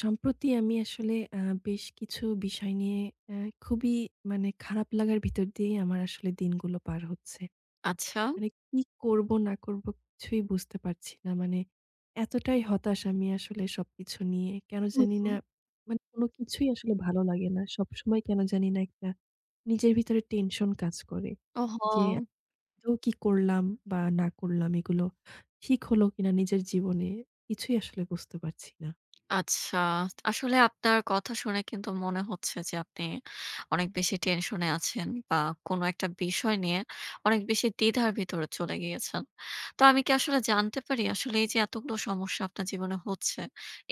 সম্প্রতি আমি আসলে বেশ কিছু বিষয় নিয়ে অ্যা খুবই মানে খারাপ লাগার ভিতর দিয়েই আমার আসলে দিনগুলো পার হচ্ছে। আচ্ছা। মানে কি করব না করব কিছুই বুঝতে পারছি না। মানে এতটাই হতাশ আমি আসলে সবকিছু নিয়ে। কেন জানি হুম। না মানে কোনো কিছুই আসলে ভালো লাগে না। সবসময় কেন জানি না একটা নিজের ভিতরে টেনশন কাজ করে। ওহো! যে আদৌ কি করলাম বা না করলাম এগুলো ঠিক হলো কিনা নিজের জীবনে কিছুই আসলে বুঝতে পারছি না। আচ্ছা। আসলে আপনার কথা শুনে কিন্তু মনে হচ্ছে যে আপনি অনেক বেশি টেনশনে আছেন বা কোনো একটা বিষয় নিয়ে অনেক বেশি দ্বিধার ভিতরে চলে গিয়েছেন। তো আমি কি আসলে জানতে পারি আসলে এই যে এতগুলো সমস্যা আপনার জীবনে হচ্ছে,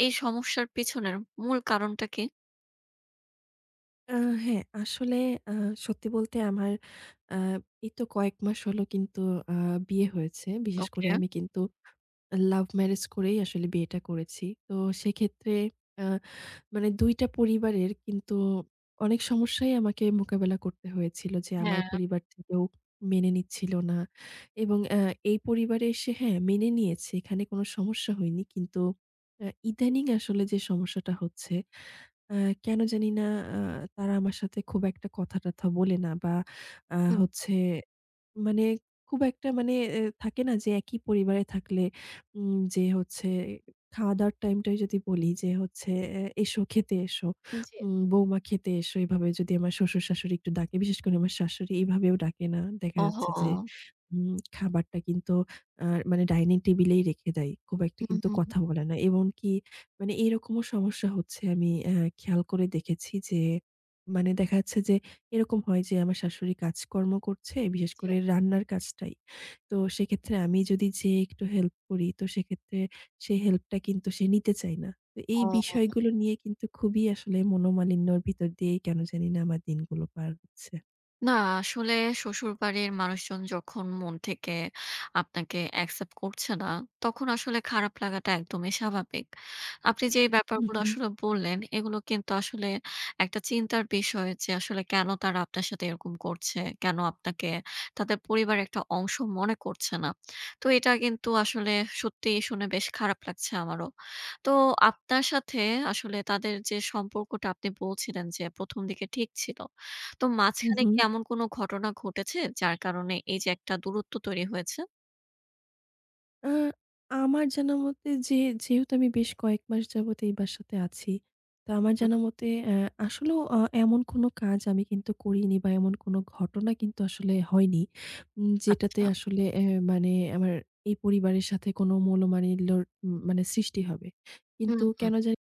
এই সমস্যার পিছনের মূল কারণটা কি? আ হ্যাঁ, আসলে আ সত্যি বলতে আমার আ এই তো কয়েক মাস হলো কিন্তু আ বিয়ে হয়েছে। বিশেষ করে ওকে। আমি কিন্তু লাভ ম্যারেজ করেই আসলে বিয়েটা করেছি। তো সেক্ষেত্রে আ মানে ২টা টা পরিবারের কিন্তু অনেক সমস্যাই আমাকে মোকাবেলা করতে হয়েছিল যে আমার হ্যাঁ। পরিবার থেকেও মেনে নিচ্ছিল না। এবং এই পরিবারে এসে হ্যাঁ, মেনে নিয়েছে, এখানে কোনো সমস্যা হয়নি। কিন্তু ইদানিং আসলে যে সমস্যাটা হচ্ছে, আ কেন জানি না আ তারা আমার সাথে খুব একটা কথা-টথা বলে না বা হুম। হচ্ছে মানে খুব একটা মানে এ থাকে না, যে একই পরিবারে থাকলে যে হচ্ছে খাওয়া-দাওয়ার টাইমটাই যদি বলি, যে হচ্ছে এসো খেতে এসো। জি। বৌমা খেতে এসো, এভাবে যদি আমার শ্বশুর-শাশুড়ি একটু ডাকে, বিশেষ করে আমার শাশুড়ি এভাবেও ডাকে না। দেখা যাচ্ছে যে ওহো! উম খাবারটা কিন্তু আ মানে ডাইনিং টেবিলেই রেখে দেয়। খুব একটা হুম, কিন্তু হুম। কথা বলে না। এমনকি মানে এরকমও সমস্যা হচ্ছে, আমি খেয়াল করে দেখেছি যে, মানে দেখা যাচ্ছে যে এরকম হয় যে আমার শাশুড়ি কাজকর্ম করছে, বিশেষ জি। করে রান্নার কাজটাই। তো সেক্ষেত্রে আমি যদি যেয়ে একটু হেল্প করি, তো সেক্ষেত্রে সেই হেল্পটা কিন্তু সে নিতে চায় না। তো এই ও। বিষয়গুলো নিয়ে কিন্তু খুবই আসলে মনোমালিন্যর ভিতর দিয়েই কেন জানি না আমার দিনগুলো পার হচ্ছে। না, আসলে শ্বশুরবাড়ির মানুষজন যখন মন থেকে আপনাকে অ্যাকসেপ্ট করছে না, তখন আসলে খারাপ লাগাটা একদমই স্বাভাবিক। আপনি যে এই হু, ব্যাপারগুলো হু। আসলে বললেন, এগুলো কিন্তু আসলে একটা চিন্তার বিষয় যে আসলে কেন তারা আপনার সাথে এরকম করছে? কেন আপনাকে তাদের পরিবারের একটা অংশ মনে করছে না? তো এটা কিন্তু আসলে সত্যিই শুনে বেশ খারাপ লাগছে আমারও। তো আপনার সাথে আসলে তাদের যে সম্পর্কটা আপনি বলছিলেন যে ১ম দিকে ঠিক ছিল। তো হু, মাঝখানে হু। কি এমন কোনো ঘটনা ঘটেছে যার কারণে এই যে একটা দূরত্ব তৈরি হয়েছে? আ আমার জানা মতে যে, যেহেতু আমি বেশ কয়েক মাস যাবত এই বাসাতে আছি। তো আমার হুম, জানা মতে আসলেও এমন কোনো কাজ আমি কিন্তু করিনি বা এমন কোনো ঘটনা কিন্তু আসলে হয়নি। যেটাতে আচ্ছা। আসলে মানে আমার এই পরিবারের সাথে কোনো মনোমালিন্যর মানে সৃষ্টি হবে। হুম, কিন্তু হুম। কেন জানি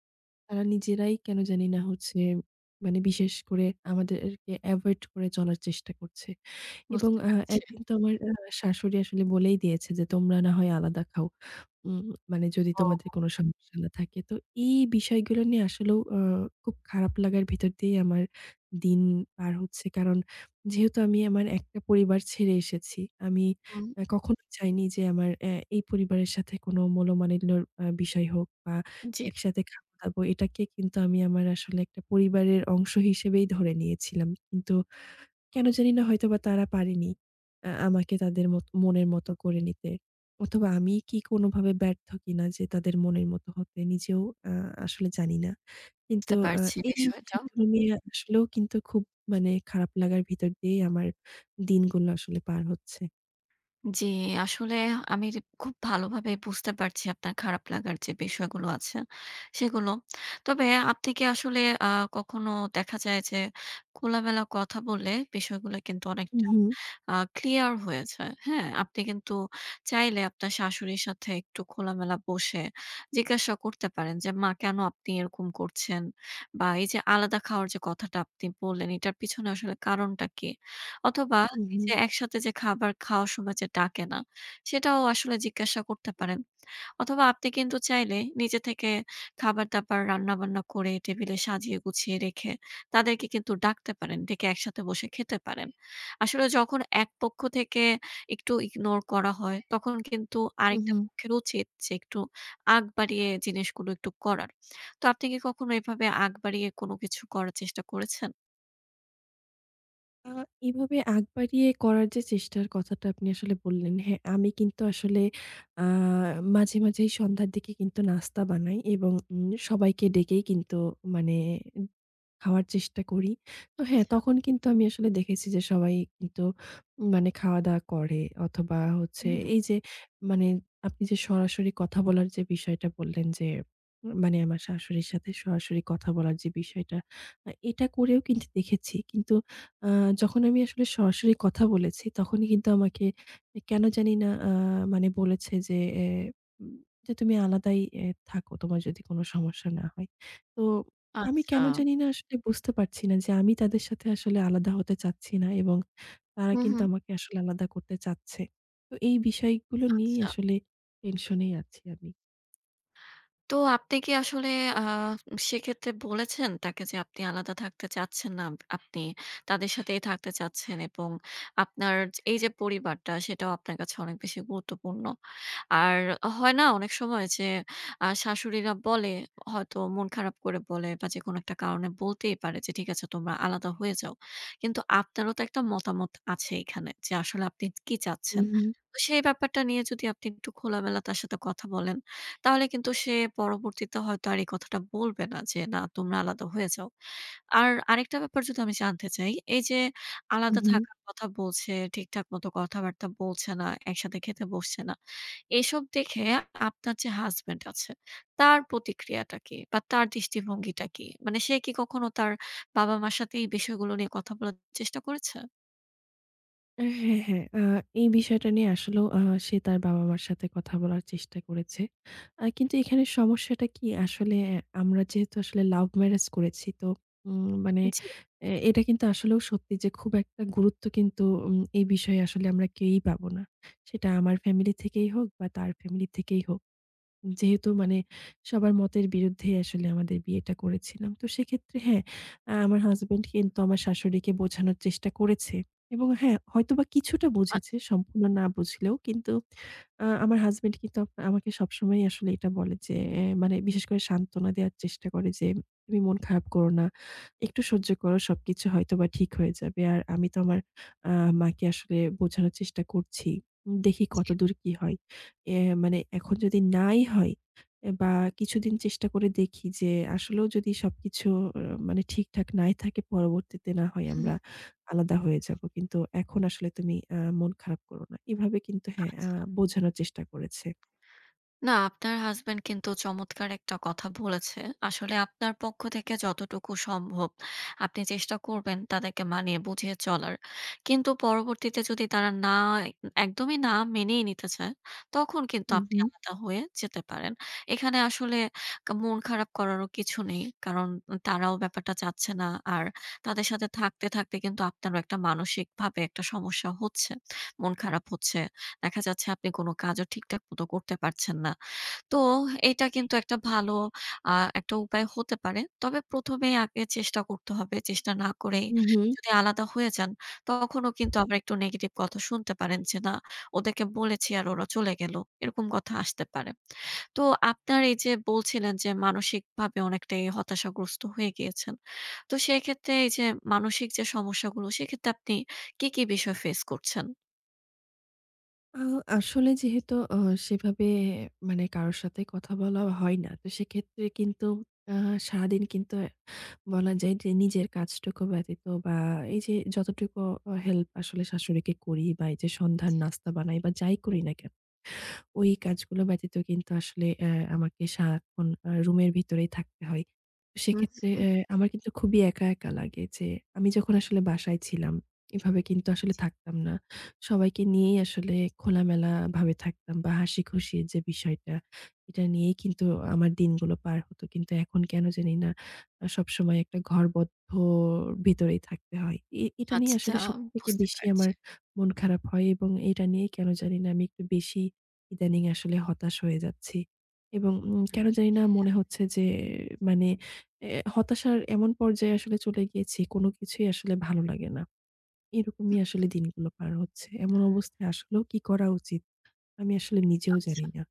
তারা নিজেরাই কেন জানি না হচ্ছে মানে বিশেষ করে আমাদেরকে এভয়েড করে চলার চেষ্টা করছে। এবং বুঝতে পারছি। একদিন তো আমার শাশুড়ি আসলে বলেই দিয়েছে যে, "তোমরা না হয় আলাদা খাও। উম মানে যদি ও! তোমাদের কোনো সমস্যা না থাকে।" তো এই বিষয়গুলো নিয়ে আসলেও খুব খারাপ লাগার ভিতর দিয়েই আমার দিন পার হচ্ছে। কারণ যেহেতু আমি আমার একটা পরিবার ছেড়ে এসেছি। আমি হুম, কখনোই চাইনি যে আমার এই পরিবারের সাথে কোনো মনোমালিন্যর বিষয় হোক বা জি, একসাথে খাবো-দাবো। এটাকে কিন্তু আমি আমার আসলে একটা পরিবারের অংশ হিসেবেই ধরে নিয়েছিলাম। কিন্তু কেন জানি না হয়তোবা তারা পারেনি আমাকে তাদের মত মনের মতো করে নিতে। অথবা আমি কি কোনোভাবে ব্যর্থ কিনা যে তাদের মনের মতো হতে নিজেও আ আসলে জানি না। কিন্তু বুঝতে পারছি এই বিষয়টা। বিষয়গুলো নিয়ে আসলেও কিন্তু খুব মানে খারাপ লাগার ভিতর দিয়েই আমার দিনগুলো আসলে পার হচ্ছে। জি, আসলে আমি খুব ভালোভাবে বুঝতে পারছি আপনার খারাপ লাগার যে বিষয়গুলো আছে সেগুলো। তবে আপনি কি আসলে আ কখনো দেখা যায় যে খোলামেলা কথা বললে বিষয়গুলো কিন্তু অনেকটা উহু, ক্লিয়ার হয়ে যায়। হ্যাঁ? আপনি কিন্তু চাইলে আপনার শাশুড়ির সাথে একটু খোলামেলা বসে জিজ্ঞাসা করতে পারেন যে, "মা কেন আপনি এরকম করছেন?" বা এই যে আলাদা খাওয়ার যে কথাটা আপনি বললেন এটার পিছনে আসলে কারণটা কি? অথবা এই উহু, যে একসাথে যে খাবার খাওয়ার সময় যে ডাকে না, সেটাও আসলে জিজ্ঞাসা করতে পারেন। অথবা আপনি কিন্তু চাইলে নিজে থেকে খাবার-দাবার রান্না-বান্না করে টেবিলে সাজিয়ে গুছিয়ে রেখে তাদেরকে কিন্তু ডাকতে পারেন। ডেকে একসাথে বসে খেতে পারেন। আসলে যখন এক পক্ষ থেকে একটু ইগনোর করা হয়, তখন কিন্তু আরেকটা উহু। পক্ষের উচিত যে একটু আগ বাড়িয়ে জিনিসগুলো একটু করার। তো আপনি কি কখনো এভাবে আগ বাড়িয়ে কোনো কিছু করার চেষ্টা করেছেন? আ এভাবে আগ বাড়িয়ে করার যে চেষ্টার কথাটা আপনি আসলে বললেন, হ্যাঁ, আমি কিন্তু আসলে আ মাঝে, মাঝেই সন্ধ্যার দিকে কিন্তু নাস্তা বানাই এবং সবাইকে ডেকেই কিন্তু মানে খাওয়ার চেষ্টা করি। তো হ্যাঁ, আচ্ছা, তখন কিন্তু আমি আসলে দেখেছি যে সবাই কিন্তু মানে খাওয়া-দাওয়া করে অথবা হচ্ছে হুম, এই যে মানে আপনি যে সরাসরি কথা বলার যে বিষয়টা বললেন, যে মানে আমার শাশুড়ির সাথে সরাসরি কথা বলার যে বিষয়টা, এটা করেও কিন্তু দেখেছি। কিন্তু আ যখন আমি আসলে সরাসরি কথা বলেছি তখনই কিন্তু আমাকে কেন জানি না মানে বলেছে যে, উম যে "তুমি আলাদাই এ থাকো, তোমার যদি কোনো সমস্যা না হয়।" তো আমি আচ্ছা, কেন জানি না আসলে বুঝতে পারছি না যে আমি তাদের সাথে আসলে আলাদা হতে চাচ্ছি না এবং তারা হুম, কিন্তু হুম। আমাকে আসলে আলাদা করতে চাচ্ছে। তো এই বিষয়গুলো নিয়েই আচ্ছা। আসলে টেনশনেই আছি আমি। তো আপনি কি আসলে আ সেক্ষেত্রে বলেছেন তাকে যে আপনি আলাদা থাকতে চাচ্ছেন না। আপনি তাদের সাথেই থাকতে চাচ্ছেন এবং আপনার এই যে পরিবারটা সেটাও আপনার কাছে অনেক বেশি গুরুত্বপূর্ণ। আর হয় না অনেক সময় যে শাশুড়িরা বলে হয়তো মন খারাপ করে বলে বা যেকোনো একটা কারণে বলতেই পারে যে, "ঠিক আছে তোমরা আলাদা হয়ে যাও।" কিন্তু আপনারও তো একটা মতামত আছে এখানে যে আসলে আপনি কি হুম, চাচ্ছেন। হুম, তো সেই ব্যাপারটা নিয়ে যদি আপনি একটু খোলামেলা তার সাথে কথা বলেন, তাহলে কিন্তু সে পরবর্তীতে হয়তো আর এই কথাটা বলবে না যে, "না তোমরা আলাদা হয়ে যাও।" আর আরেকটা ব্যাপার যদি আমি জানতে চাই, এই যে হুম, আলাদা হুম। থাকার কথা বলছে, ঠিকঠাক মতো কথাবার্তা বলছে না, একসাথে খেতে বসছে না। এসব দেখে আপনার যে হাসব্যান্ড আছে, তার প্রতিক্রিয়াটা কি? বা তার দৃষ্টিভঙ্গিটা কি? মানে সে কি কখনো তার বাবা-মার সাথে এই বিষয়গুলো নিয়ে কথা বলার চেষ্টা করেছে? হ্যাঁ, হ্যাঁ। এই বিষয়টা নিয়ে আসলেও সে তার বাবা-মার সাথে কথা বলার চেষ্টা করেছে। কিন্তু এখানে সমস্যাটা কি আসলে আমরা যেহেতু আসলে লাভ ম্যারেজ করেছি তো মানে জি, এটা কিন্তু আসলেও সত্যি যে খুব একটা গুরুত্ব কিন্তু এই বিষয়ে আসলে আমরা কেউই পাবো না। সেটা আমার ফ্যামিলি থেকেই হোক বা তার ফ্যামিলি থেকেই হোক। যেহেতু মানে সবার মতের বিরুদ্ধেই আসলে আমাদের বিয়েটা করেছিলাম। তো সেক্ষেত্রে হ্যাঁ, আমার হাসব্যান্ড কিন্তু আমার শাশুড়িকে বোঝানোর চেষ্টা করেছে এবং হ্যাঁ, হয়তোবা কিছুটা আচ্ছা, বুঝেছে, সম্পূর্ণ না বুঝলেও। কিন্তু আমার হাসব্যান্ড কিন্তু আমাকে সবসময়ই আসলে এটা বলে যে মানে বিশেষ করে সান্ত্বনা দেওয়ার চেষ্টা করে যে, "তুমি মন খারাপ করো না। একটু সহ্য করো। সবকিছু হয়তোবা ঠিক হয়ে যাবে।" আর আমি তো আমার আ মাকে আসলে বোঝানোর চেষ্টা করছি। দেখি জি। কতদূর কি হয়। এ মানে এখন যদি নাই হয় বা কিছুদিন চেষ্টা করে দেখি যে আসলেও যদি সবকিছু অ মানে ঠিকঠাক নাই থাকে, পরবর্তীতে না হয় হুম, আমরা হুম। আলাদা হয়ে যাবো। কিন্তু এখন আসলে তুমি মন খারাপ করো না। এভাবে কিন্তু হ্যাঁ, আচ্ছা। বোঝানোর চেষ্টা করেছে। না, আপনার হাসব্যান্ড কিন্তু চমৎকার একটা কথা বলেছে। আসলে আপনার পক্ষ থেকে যতটুকু সম্ভব আপনি চেষ্টা করবেন তাদেরকে মানিয়ে বুঝিয়ে চলার। কিন্তু পরবর্তীতে যদি তারা না একদমই না মেনেই নিতে চায়, তখন কিন্তু হুম, আপনি হুম, আলাদা হয়ে যেতে পারেন। এখানে আসলে মন খারাপ করারও কিছু নেই। কারণ তারাও ব্যাপারটা চাচ্ছে না। আর তাদের সাথে থাকতে, থাকতে কিন্তু আপনারও একটা মানসিকভাবে একটা সমস্যা হচ্ছে। মন খারাপ হচ্ছে। দেখা যাচ্ছে আপনি কোনো কাজও ঠিকঠাক মতো করতে পারছেন না। তো এটা কিন্তু একটা ভালো আ একটা উপায় হতে পারে। তবে ১ম এই আগে চেষ্টা করতে হবে। চেষ্টা না করেই হুম, হুম। যদি আলাদা হয়ে যান, তখনও কিন্তু আবার একটু নেগেটিভ কথা শুনতে পারেন যে, "না, ওদেরকে বলেছি আর ওরা চলে গেল।" এরকম কথা আসতে পারে। তো আপনার এই যে বলছিলেন যে মানসিকভাবে অনেকটাই হতাশাগ্রস্ত হয়ে গিয়েছেন। তো সেক্ষেত্রে এই যে মানসিক যে সমস্যাগুলো, সেক্ষেত্রে আপনি কি, কি বিষয় ফেস করছেন? আ আসলে যেহেতু সেভাবে মানে কারো সাথে কথা বলা হয় না। তো সেক্ষেত্রে কিন্তু আ সারাদিন কিন্তু বলা যায় যে নিজের কাজটুকু ব্যতীত বা এই যে যতটুকু হেল্প আসলে শাশুড়িকে করি বা এই যে সন্ধ্যার জি। নাস্তা বানাই বা যাই করি না কেন, ওই কাজগুলো ব্যতীত কিন্তু আসলে আমাকে সারাক্ষণ রুমের ভিতরেই থাকতে হয়। তো হুম, সেক্ষেত্রে হুম। আমার কিন্তু খুবই একা, একা লাগে যে আমি যখন আসলে বাসায় ছিলাম, এভাবে কিন্তু আসলে জি। থাকতাম না। সবাইকে নিয়েই আসলে খোলামেলাভাবে থাকতাম বা হাসিখুশির যে বিষয়টা, এটা নিয়েই কিন্তু আমার দিনগুলো পার হতো। কিন্তু এখন কেন জানি না সবসময় একটা ঘরবদ্ধর ভিতরেই থাকতে হয়। এটা নিয়ে আচ্ছা, আসলে সবথেকে বুঝতে বেশি পারছি। আমার মন খারাপ হয় এবং এটা নিয়ে কেন জানি না আমি একটু বেশি ইদানিং আসলে হতাশ হয়ে যাচ্ছি। এবং কেন জানি না হ্যাঁ, মনে হচ্ছে যে মানে এ হতাশার এমন পর্যায়ে আসলে চলে গিয়েছি, কোনো কিছুই আসলে ভালো লাগে না। এরকমই আসলে দিনগুলো পার হচ্ছে। এমন অবস্থায় আসলেও কি করা উচিত? আমি আসলে নিজেও আচ্ছা। জানি না।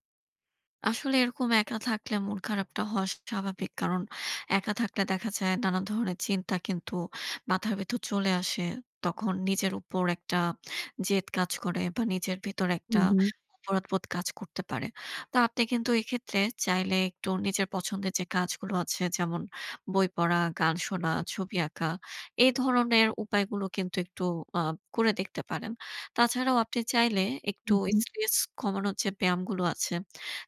আসলে এরকম একা থাকলে মন খারাপটা হওয়া স্বাভাবিক। কারণ একা থাকলে দেখা যায় নানা ধরনের চিন্তা কিন্তু মাথার ভেতর চলে আসে। তখন নিজের উপর একটা জেদ কাজ করে বা নিজের ভিতর হু, একটা হু, অপরাধবোধ কাজ করতে পারে। তো আপনি কিন্তু এক্ষেত্রে চাইলে একটু নিজের পছন্দের যে কাজগুলো আছে যেমন বই পড়া, গান শোনা, ছবি আঁকা এই ধরনের উপায়গুলো কিন্তু একটু আ করে দেখতে পারেন। তাছাড়াও আপনি চাইলে হু, একটু হু, স্ট্রেস কমানোর যে ব্যায়ামগুলো আছে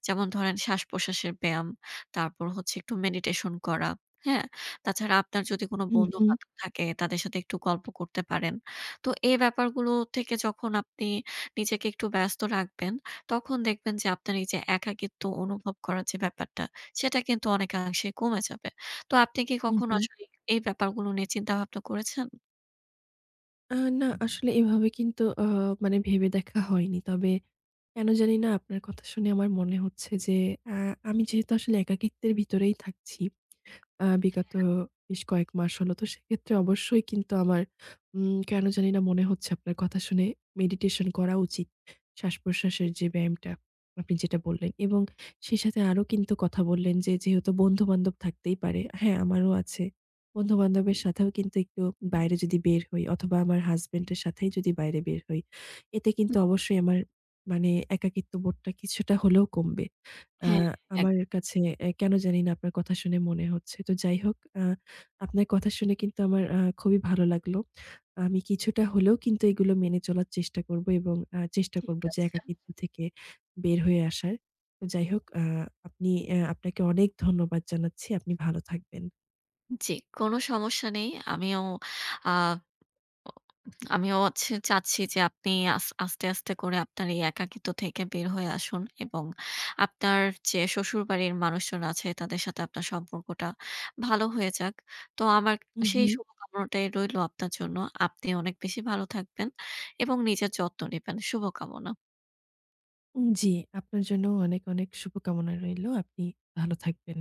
যেমন ধরেন শ্বাস-প্রশ্বাসের ব্যায়াম, তারপর হচ্ছে একটু মেডিটেশন করা, হ্যাঁ? তাছাড়া আপনার যদি কোনো হু, হু, বন্ধু-বান্ধব থাকে তাদের সাথে একটু গল্প করতে পারেন। তো এই ব্যাপারগুলো থেকে যখন আপনি নিজেকে একটু ব্যস্ত রাখবেন, তখন দেখবেন যে আপনার এই যে একাকিত্ব অনুভব করার যে ব্যাপারটা, সেটা কিন্তু অনেকাংশে কমে যাবে। তো আপনি কি হু, কখনো হু। আসলে এই ব্যাপারগুলো নিয়ে চিন্তাভাবনা করেছেন? আ না, আসলে এভাবে কিন্তু মানে ভেবে দেখা হয়নি। তবে কেন জানি না আপনার কথা শুনে আমার মনে হচ্ছে যে আ আমি যেহেতু আসলে একাকিত্বের ভিতরেই থাকছি বিগত বেশ কয়েক মাস হলো। তো সেক্ষেত্রে অবশ্যই কিন্তু আমার কেন জানি না মনে হচ্ছে আপনার কথা শুনে মেডিটেশন করা উচিত। শ্বাস-প্রশ্বাসের যে ব্যায়ামটা আপনি যেটা বললেন এবং সেই সাথে আরো কিন্তু কথা বললেন যে যেহেতু বন্ধু-বান্ধব থাকতেই পারে। হ্যাঁ, আমারও আছে। বন্ধু-বান্ধবের সাথেও কিন্তু একটু বাইরে যদি বের হই অথবা আমার হাসব্যান্ডের সাথেই যদি বাইরে বের হই, এতে কিন্তু অবশ্যই আমার মানে একাকিত্ব বোধটা কিছুটা হলেও কমবে। আ হ্যাঁ, এক আমার কাছে কেন জানি না আপনার কথা শুনে মনে হচ্ছে। তো যাই হোক, আপনার কথা শুনে কিন্তু আমার খুবই ভালো লাগলো। আমি কিছুটা হলেও কিন্তু এগুলো মেনে চলার চেষ্টা করব এবং চেষ্টা ঠিক করব যে আছে। একাকিত্ব থেকে বের হয়ে আসার। তো যাই হোক, আপনি আপনাকে অনেক ধন্যবাদ জানাচ্ছি। আপনি ভালো থাকবেন। জি, কোনো সমস্যা নেই। আমিও আ আমিও হচ্ছে চাচ্ছি যে আপনি আস্তে, আস্তে করে আপনার এই একাকিত্ব থেকে বের হয়ে আসুন এবং আপনার যে শ্বশুরবাড়ির মানুষজন আছে তাদের সাথে আপনার সম্পর্কটা ভালো হয়ে যাক। তো আমার উম সেই হুম। শুভকামনাটাই রইলো আপনার জন্য। আপনি অনেক বেশি ভালো থাকবেন এবং নিজের যত্ন নিবেন। শুভকামনা। জি, আপনার জন্য অনেক, অনেক শুভকামনা রইলো। আপনি ভালো থাকবেন।